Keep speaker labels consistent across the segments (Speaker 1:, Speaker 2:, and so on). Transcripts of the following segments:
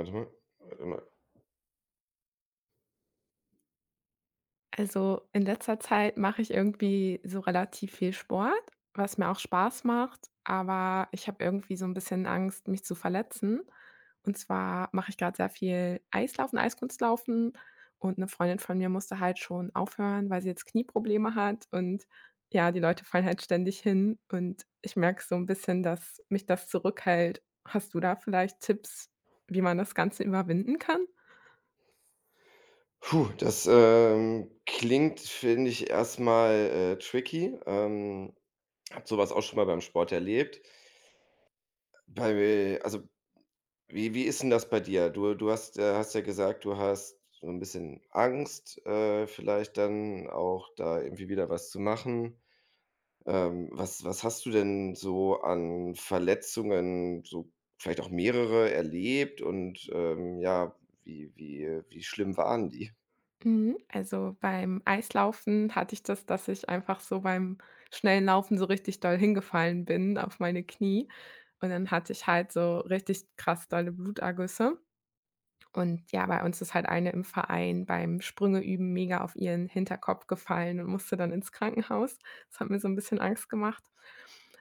Speaker 1: Warte mal, warte mal.
Speaker 2: Also, in letzter Zeit mache ich irgendwie so relativ viel Sport, was mir auch Spaß macht, aber ich habe irgendwie so ein bisschen Angst, mich zu verletzen. Und zwar mache ich gerade sehr viel Eislaufen, Eiskunstlaufen und eine Freundin von mir musste halt schon aufhören, weil sie jetzt Knieprobleme hat und ja, die Leute fallen halt ständig hin und ich merke so ein bisschen, dass mich das zurückhält. Hast du da vielleicht Tipps, wie man das Ganze überwinden kann?
Speaker 1: Puh, das, klingt, finde ich, erstmal tricky. Habe sowas auch schon mal beim Sport erlebt. Bei also, wie ist denn das bei dir? Du hast, hast ja gesagt, du hast so ein bisschen Angst, vielleicht dann auch da irgendwie wieder was zu machen. Was hast du denn so an Verletzungen, so vielleicht auch mehrere erlebt und, ja, wie schlimm waren die?
Speaker 2: Mhm. Also, beim Eislaufen hatte ich das, dass ich einfach so beim schnellen Laufen so richtig doll hingefallen bin auf meine Knie. Und dann hatte ich halt so richtig krass dolle Blutergüsse. Und ja, bei uns ist halt eine im Verein beim Sprünge üben mega auf ihren Hinterkopf gefallen und musste dann ins Krankenhaus. Das hat mir so ein bisschen Angst gemacht.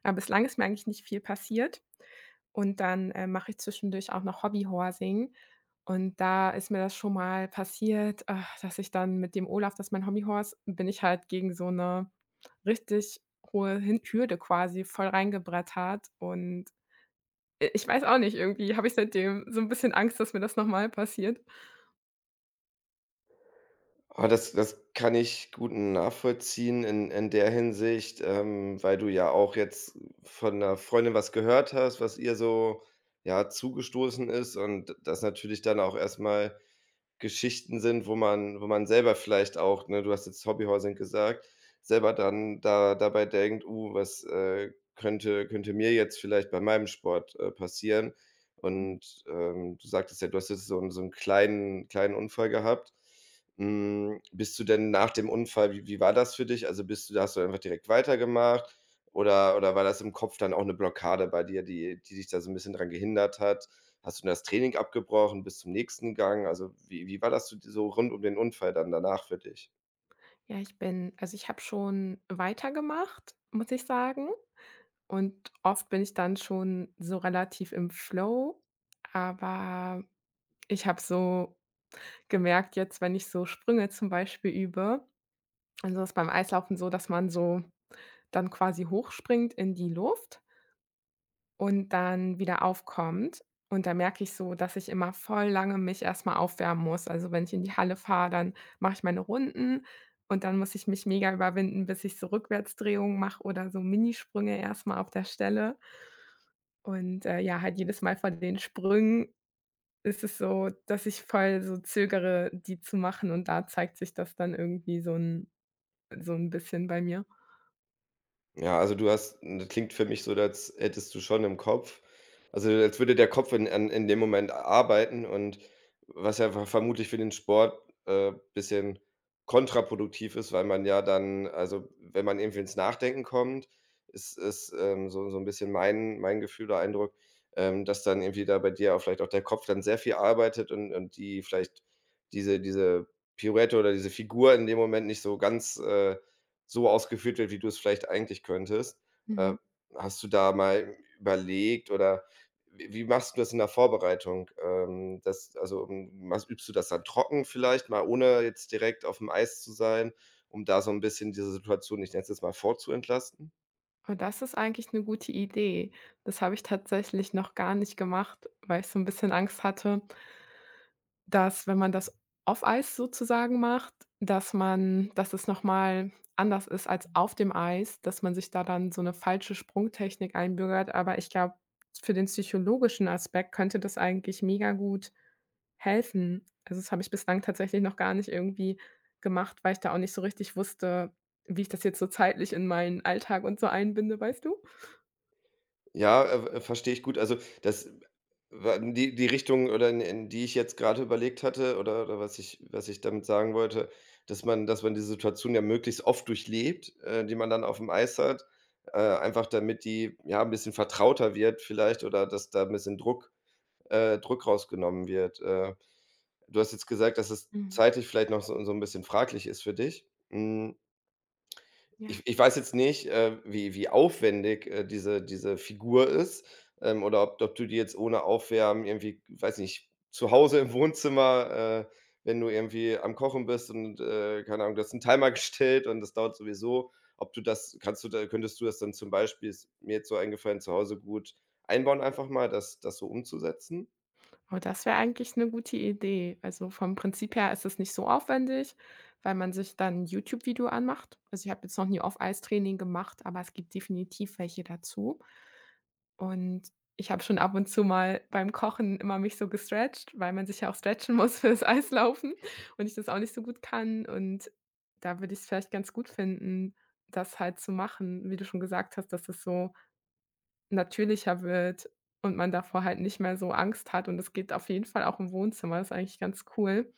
Speaker 2: Aber bislang ist mir eigentlich nicht viel passiert. Und dann, mache ich zwischendurch auch noch Hobbyhorsing. Und da ist mir das schon mal passiert, dass ich dann mit dem Olaf, das ist mein Hobbyhorse, bin ich halt gegen so eine richtig hohe Hin Hürde quasi voll reingebrettert. Und, ich weiß auch nicht, irgendwie habe ich seitdem so ein bisschen Angst, dass mir das noch mal passiert.
Speaker 1: Ah, das kann ich gut nachvollziehen in der Hinsicht, weil du ja auch jetzt von einer Freundin was gehört hast, was ihr so, ja, zugestoßen ist und das natürlich dann auch erstmal Geschichten sind, wo man selber vielleicht auch, ne, du hast jetzt Hobbyhousing gesagt, selber dann da dabei denkt: was, könnte mir jetzt vielleicht bei meinem Sport, passieren?“ Und, du sagtest ja, du hast jetzt so einen so 'n kleinen Unfall gehabt. Hm, bist du denn nach dem Unfall wie war das für dich? Also, bist du hast du einfach direkt weitergemacht oder war das im Kopf dann auch eine Blockade bei dir, die dich da so ein bisschen dran gehindert hat? Hast du das Training abgebrochen, bis zum nächsten Gang? Also, wie war das so rund um den Unfall dann danach für dich?
Speaker 2: Ja, ich bin also, ich habe schon weitergemacht, muss ich sagen. Und oft bin ich dann schon so relativ im Flow, aber ich habe so gemerkt jetzt, wenn ich so Sprünge zum Beispiel übe. Also, das ist beim Eislaufen so, dass man so dann quasi hochspringt in die Luft und dann wieder aufkommt. Und da merke ich so, dass ich immer voll lange mich erstmal aufwärmen muss. Also, wenn ich in die Halle fahre, dann mache ich meine Runden und dann muss ich mich mega überwinden, bis ich so Rückwärtsdrehungen mache oder so Minisprünge erstmal auf der Stelle. Und, ja, halt jedes Mal von den Sprüngen ist es so, dass ich voll so zögere, die zu machen und da zeigt sich das dann irgendwie so 'n bisschen bei mir.
Speaker 1: Ja, also du hast das klingt für mich so, als hättest du schon im Kopf also als würde der Kopf in dem Moment arbeiten und was ja vermutlich für den Sport, ein bisschen kontraproduktiv ist, weil man ja dann also wenn man irgendwie ins Nachdenken kommt, ist, so ein bisschen mein Gefühl oder Eindruck, dass dann irgendwie da bei dir auch vielleicht auch der Kopf dann sehr viel arbeitet und die vielleicht diese Pirouette oder diese Figur in dem Moment nicht so ganz, so ausgeführt wird, wie du es vielleicht eigentlich könntest. Äh,
Speaker 2: Mhm.
Speaker 1: hast du da mal überlegt oder w wie machst du das in der Vorbereitung? Das also, machst übst du das dann trocken vielleicht mal, ohne jetzt direkt auf dem Eis zu sein, um da so ein bisschen diese Situation, ich nenne es jetzt mal, vorzubentlasten?
Speaker 2: Und das ist eigentlich 'ne gute Idee. Das habe ich tatsächlich noch gar nicht gemacht, weil ich so 'n bisschen Angst hatte, dass, wenn man das auf Eis sozusagen macht, dass man dass es noch mal anders ist als auf dem Eis, dass man sich da dann so 'ne falsche Sprungtechnik einbürgert. Aber ich glaube, für den psychologischen Aspekt könnte das eigentlich mega gut helfen. Also, das habe ich bislang tatsächlich noch gar nicht irgendwie gemacht, weil ich da auch nicht so richtig wusste, wie ich das jetzt so zeitlich in meinen Alltag und so einbinde, weißt du?
Speaker 1: Ja, verstehe ich gut. Also, das wa die die Richtung oder in die ich jetzt gerade überlegt hatte oder was ich damit sagen wollte, dass man die Situation ja möglichst oft durchlebt, die man dann auf dem Eis hat, einfach damit die, ja, ein bisschen vertrauter wird vielleicht oder dass da ein bisschen Druck Druck rausgenommen wird. Du hast jetzt gesagt, dass es
Speaker 2: Mhm.
Speaker 1: zeitlich vielleicht noch so ein bisschen fraglich ist für dich. Hm.
Speaker 2: Ja.
Speaker 1: Ich weiß jetzt nicht, wie aufwendig, diese Figur ist, oder ob du die jetzt ohne Aufwärmen irgendwie, weiß nicht, zu Hause im Wohnzimmer, wenn du irgendwie am Kochen bist und, keine Ahnung, du hast 'n Timer gestellt und das dauert sowieso, ob du das kannst du da könntest du das dann zum Beispiel ist mir jetzt so eingefallen, zu Hause gut einbauen einfach mal, das so umzusetzen?
Speaker 2: Aber das wäre eigentlich 'ne gute Idee. Also, vom Prinzip her ist es nicht so aufwendig, weil man sich dann 'n YouTube-Video anmacht. Also, ich habe jetzt noch nie Off-Ice-Training gemacht, aber es gibt definitiv welche dazu. Und ich habe schon ab und zu mal beim Kochen immer mich so gestretcht, weil man sich ja auch stretchen muss fürs Eislaufen und ich das auch nicht so gut kann. Und da würde ich es vielleicht ganz gut finden, das halt zu machen, wie du schon gesagt hast, dass es so natürlicher wird und man davor halt nicht mehr so Angst hat. Und es geht auf jeden Fall auch im Wohnzimmer. Das ist eigentlich ganz cool.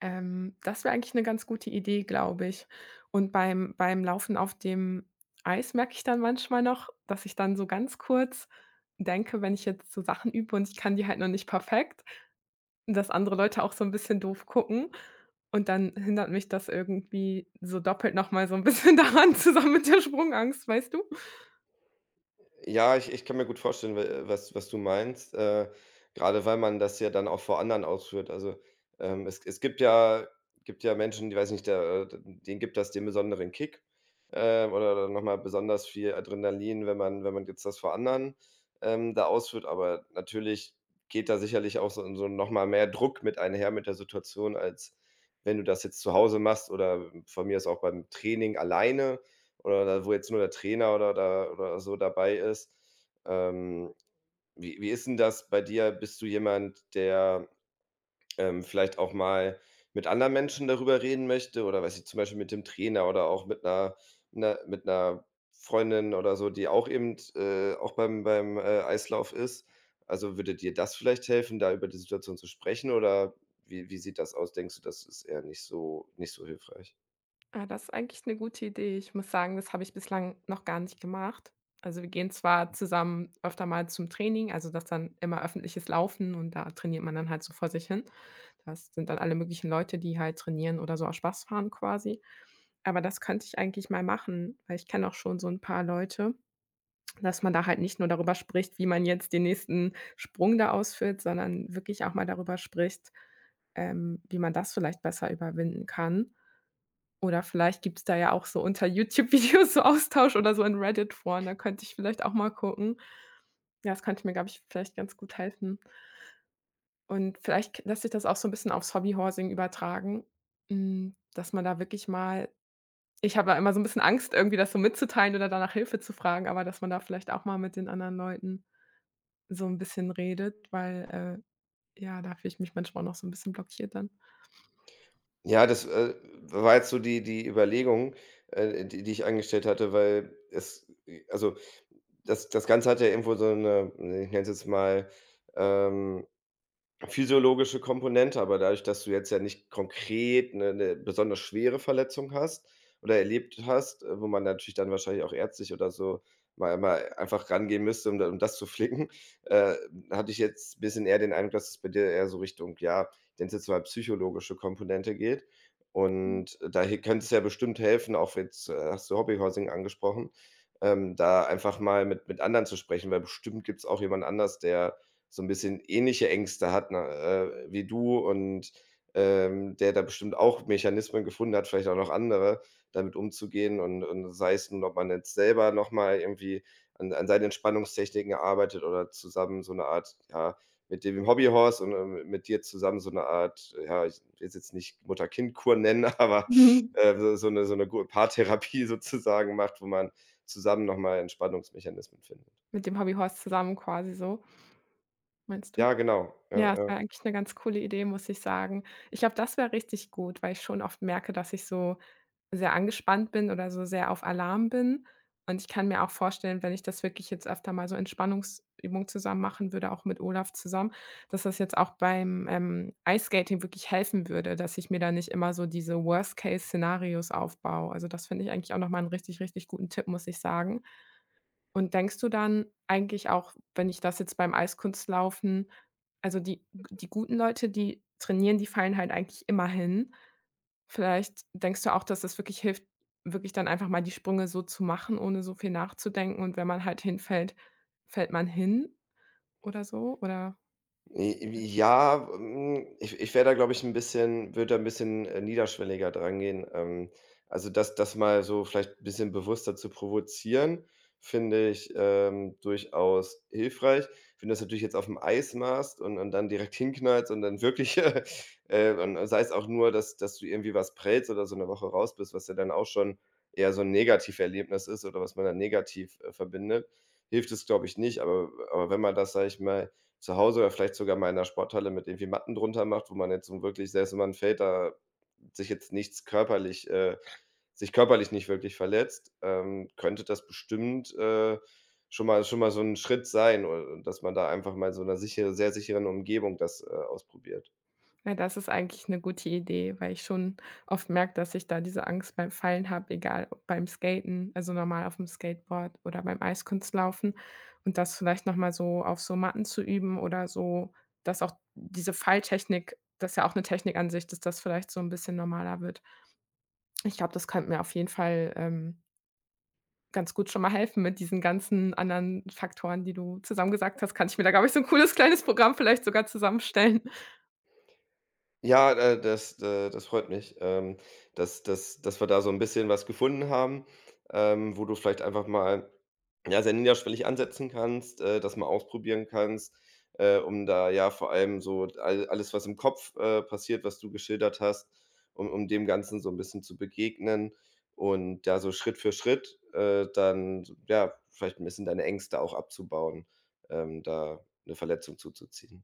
Speaker 2: Das wäre eigentlich 'ne ganz gute Idee, glaube ich. Und beim beim Laufen auf dem Eis merke ich dann manchmal noch, dass ich dann so ganz kurz denke, wenn ich jetzt so Sachen übe und ich kann die halt noch nicht perfekt, dass andere Leute auch so 'n bisschen doof gucken. Und dann hindert mich das irgendwie so doppelt noch mal so 'n bisschen daran, zusammen mit der Sprungangst, weißt du?
Speaker 1: Ja, ich kann mir gut vorstellen, w was du meinst, grade weil man das ja dann auch vor anderen ausführt. Also, es es gibt ja Menschen, die weiß nicht, der d denen gibt das den besonderen Kick, oder noch mal besonders viel Adrenalin, wenn man jetzt das vor anderen, da ausführt. Aber natürlich geht da sicherlich auch so so 'n noch mal mehr Druck mit einher mit der Situation, als wenn du das jetzt zu Hause machst oder von mir ist auch beim Training alleine. Oder da wo jetzt nur der Trainer oder oder so dabei ist. Ähm, wie ist denn das bei dir? Bist du jemand, der, vielleicht auch mal mit anderen Menschen darüber reden möchte oder weiß ich, zum Beispiel mit dem Trainer oder auch mit einer mit einer Freundin oder so, die auch eben, auch beim Eislauf ist? Also, würde dir das vielleicht helfen, da über die Situation zu sprechen oder wie sieht das aus? Denkst du, das ist eher nicht so hilfreich?
Speaker 2: Ah, das ist eigentlich eine gute Idee. Ich muss sagen, das habe ich bislang noch gar nicht gemacht. Also, wir gehen zwar zusammen öfter mal zum Training, also, das dann immer öffentliches Laufen und da trainiert man dann halt so vor sich hin. Das sind dann alle möglichen Leute, die halt trainieren oder so aus Spaß fahren quasi. Aber das könnte ich eigentlich mal machen, weil ich kenne auch schon so ein paar Leute, dass man da halt nicht nur darüber spricht, wie man jetzt den nächsten Sprung da ausführt, sondern wirklich auch mal darüber spricht, wie man das vielleicht besser überwinden kann. Oder vielleicht gibt's da ja auch so unter YouTube-Videos so Austausch oder so in Reddit-Foren, da könnte ich vielleicht auch mal gucken. Ja, das könnte mir, glaube ich, vielleicht ganz gut helfen. Und vielleicht k lässt sich das auch so 'n bisschen aufs Hobbyhorsing übertragen, hm, dass man da wirklich mal ich habe ja immer so 'n bisschen Angst, irgendwie das so mitzuteilen oder da nach Hilfe zu fragen, aber dass man da vielleicht auch mal mit den anderen Leuten so 'n bisschen redet, weil, ja, da fühle ich mich manchmal noch so 'n bisschen blockiert dann.
Speaker 1: Ja, das, war jetzt so die die Überlegung, die ich angestellt hatte, weil es also, das Ganze hat ja irgendwo so 'ne, ich nenne es jetzt mal, ähm physiologische Komponente, aber dadurch, dass du jetzt ja nicht konkret 'ne besonders schwere Verletzung hast oder erlebt hast, wo man natürlich dann wahrscheinlich auch ärztlich oder so mal einfach rangehen müsste, um da um das zu flicken, äh, hatte ich jetzt bisschen eher den Eindruck, dass es bei dir eher so Richtung, ja, ich nenne es jetzt mal psychologische Komponente geht. Und da he könnte es ja bestimmt helfen, auch jetzt, hast du Hobbyhousing angesprochen, da einfach mal mit anderen zu sprechen, weil bestimmt gibt's auch jemand anders, der so ein bisschen ähnliche Ängste hat, ne, wie du und, der da bestimmt auch Mechanismen gefunden hat, vielleicht auch noch andere, damit umzugehen und sei es nun, ob man jetzt selber noch mal irgendwie an seinen Entspannungstechniken arbeitet oder zusammen so eine Art ja, mit dem Hobbyhorse und, mit dir zusammen so eine Art ja, ich will's jetzt nicht Mutter-Kind-Kur nennen, aber,
Speaker 2: Mhm.
Speaker 1: so so 'ne so eine gu Paartherapie sozusagen macht, wo man zusammen noch mal Entspannungsmechanismen findet.
Speaker 2: Mit dem Hobbyhorse zusammen quasi so, meinst du?
Speaker 1: Ja, genau. Ja,
Speaker 2: Ja, es
Speaker 1: ja.
Speaker 2: war eigentlich 'ne ganz coole Idee, muss ich sagen. Ich glaube, das wäre richtig gut, weil ich schon oft merke, dass ich so sehr angespannt bin oder so sehr auf Alarm bin. Und ich kann mir auch vorstellen, wenn ich das wirklich jetzt öfter mal so Entspannungsübungen zusammen machen würde, auch mit Olaf zusammen, dass das jetzt auch beim, Eiskating wirklich helfen würde, dass ich mir da nicht immer so diese Worst-Case-Szenarios aufbaue. Also, das finde ich eigentlich auch noch mal 'n richtig, richtig guten Tipp, muss ich sagen. Und denkst du dann eigentlich auch, wenn ich das jetzt beim Eiskunstlaufen also die die guten Leute, die trainieren, die fallen halt eigentlich immer hin. Vielleicht denkst du auch, dass es wirklich hilft, wirklich dann einfach mal die Sprünge so zu machen, ohne so viel nachzudenken und wenn man halt hinfällt, fällt man hin oder so, oder?
Speaker 1: J ja, hm, ich wäre da, glaube ich, ein bisschen würde da ein bisschen, niederschwelliger dran gehen. Also, das mal so vielleicht ein bisschen bewusster zu provozieren, finde ich, durchaus hilfreich. Wenn du das natürlich jetzt aufm Eis machst und dann direkt hinknallst und dann wirklich, und sei es auch nur, dass du irgendwie was prellst oder so eine Woche raus bist, was ja dann auch schon eher so 'n Negativerlebnis ist oder was man dann negativ, verbindet, hilft es, glaube ich, nicht. Aber wenn man das, sage ich mal zu Hause oder vielleicht sogar mal in 'ner Sporthalle mit irgendwie Matten drunter macht, wo man jetzt so wirklich selbst wenn man fällt, da sich jetzt nichts körperlich äh, sich körperlich nicht wirklich verletzt, könnte das bestimmt, schon mal so ein Schritt sein, dass man da einfach mal in so 'ner sicher sehr sicheren Umgebung das, ausprobiert.
Speaker 2: Ja, das ist eigentlich eine gute Idee, weil ich schon oft merke, dass ich da diese Angst beim Fallen habe, egal ob beim Skaten, also normal auf dem Skateboard oder beim Eiskunstlaufen und das vielleicht noch mal so auf so Matten zu üben oder so, dass auch diese Falltechnik das ist ja auch eine Technik an sich, dass das vielleicht so ein bisschen normaler wird. Ich glaube, das könnte mir auf jeden Fall, ganz gut schon mal helfen mit diesen ganzen anderen Faktoren, die du zusammengesagt hast, kann ich mir da, glaube ich, so ein cooles kleines Programm vielleicht sogar zusammenstellen.
Speaker 1: Ja, das freut mich, dass wir da so ein bisschen was gefunden haben, wo du vielleicht einfach mal Ja, sehr niederschwellig ansetzen kannst, das mal ausprobieren kannst, um da ja vor allem so alles, was im Kopf, passiert, was du geschildert hast, um dem Ganzen so ein bisschen zu begegnen und da so Schritt für Schritt, dann ja, vielleicht ein bisschen deine Ängste auch abzubauen, da eine Verletzung zuzuziehen.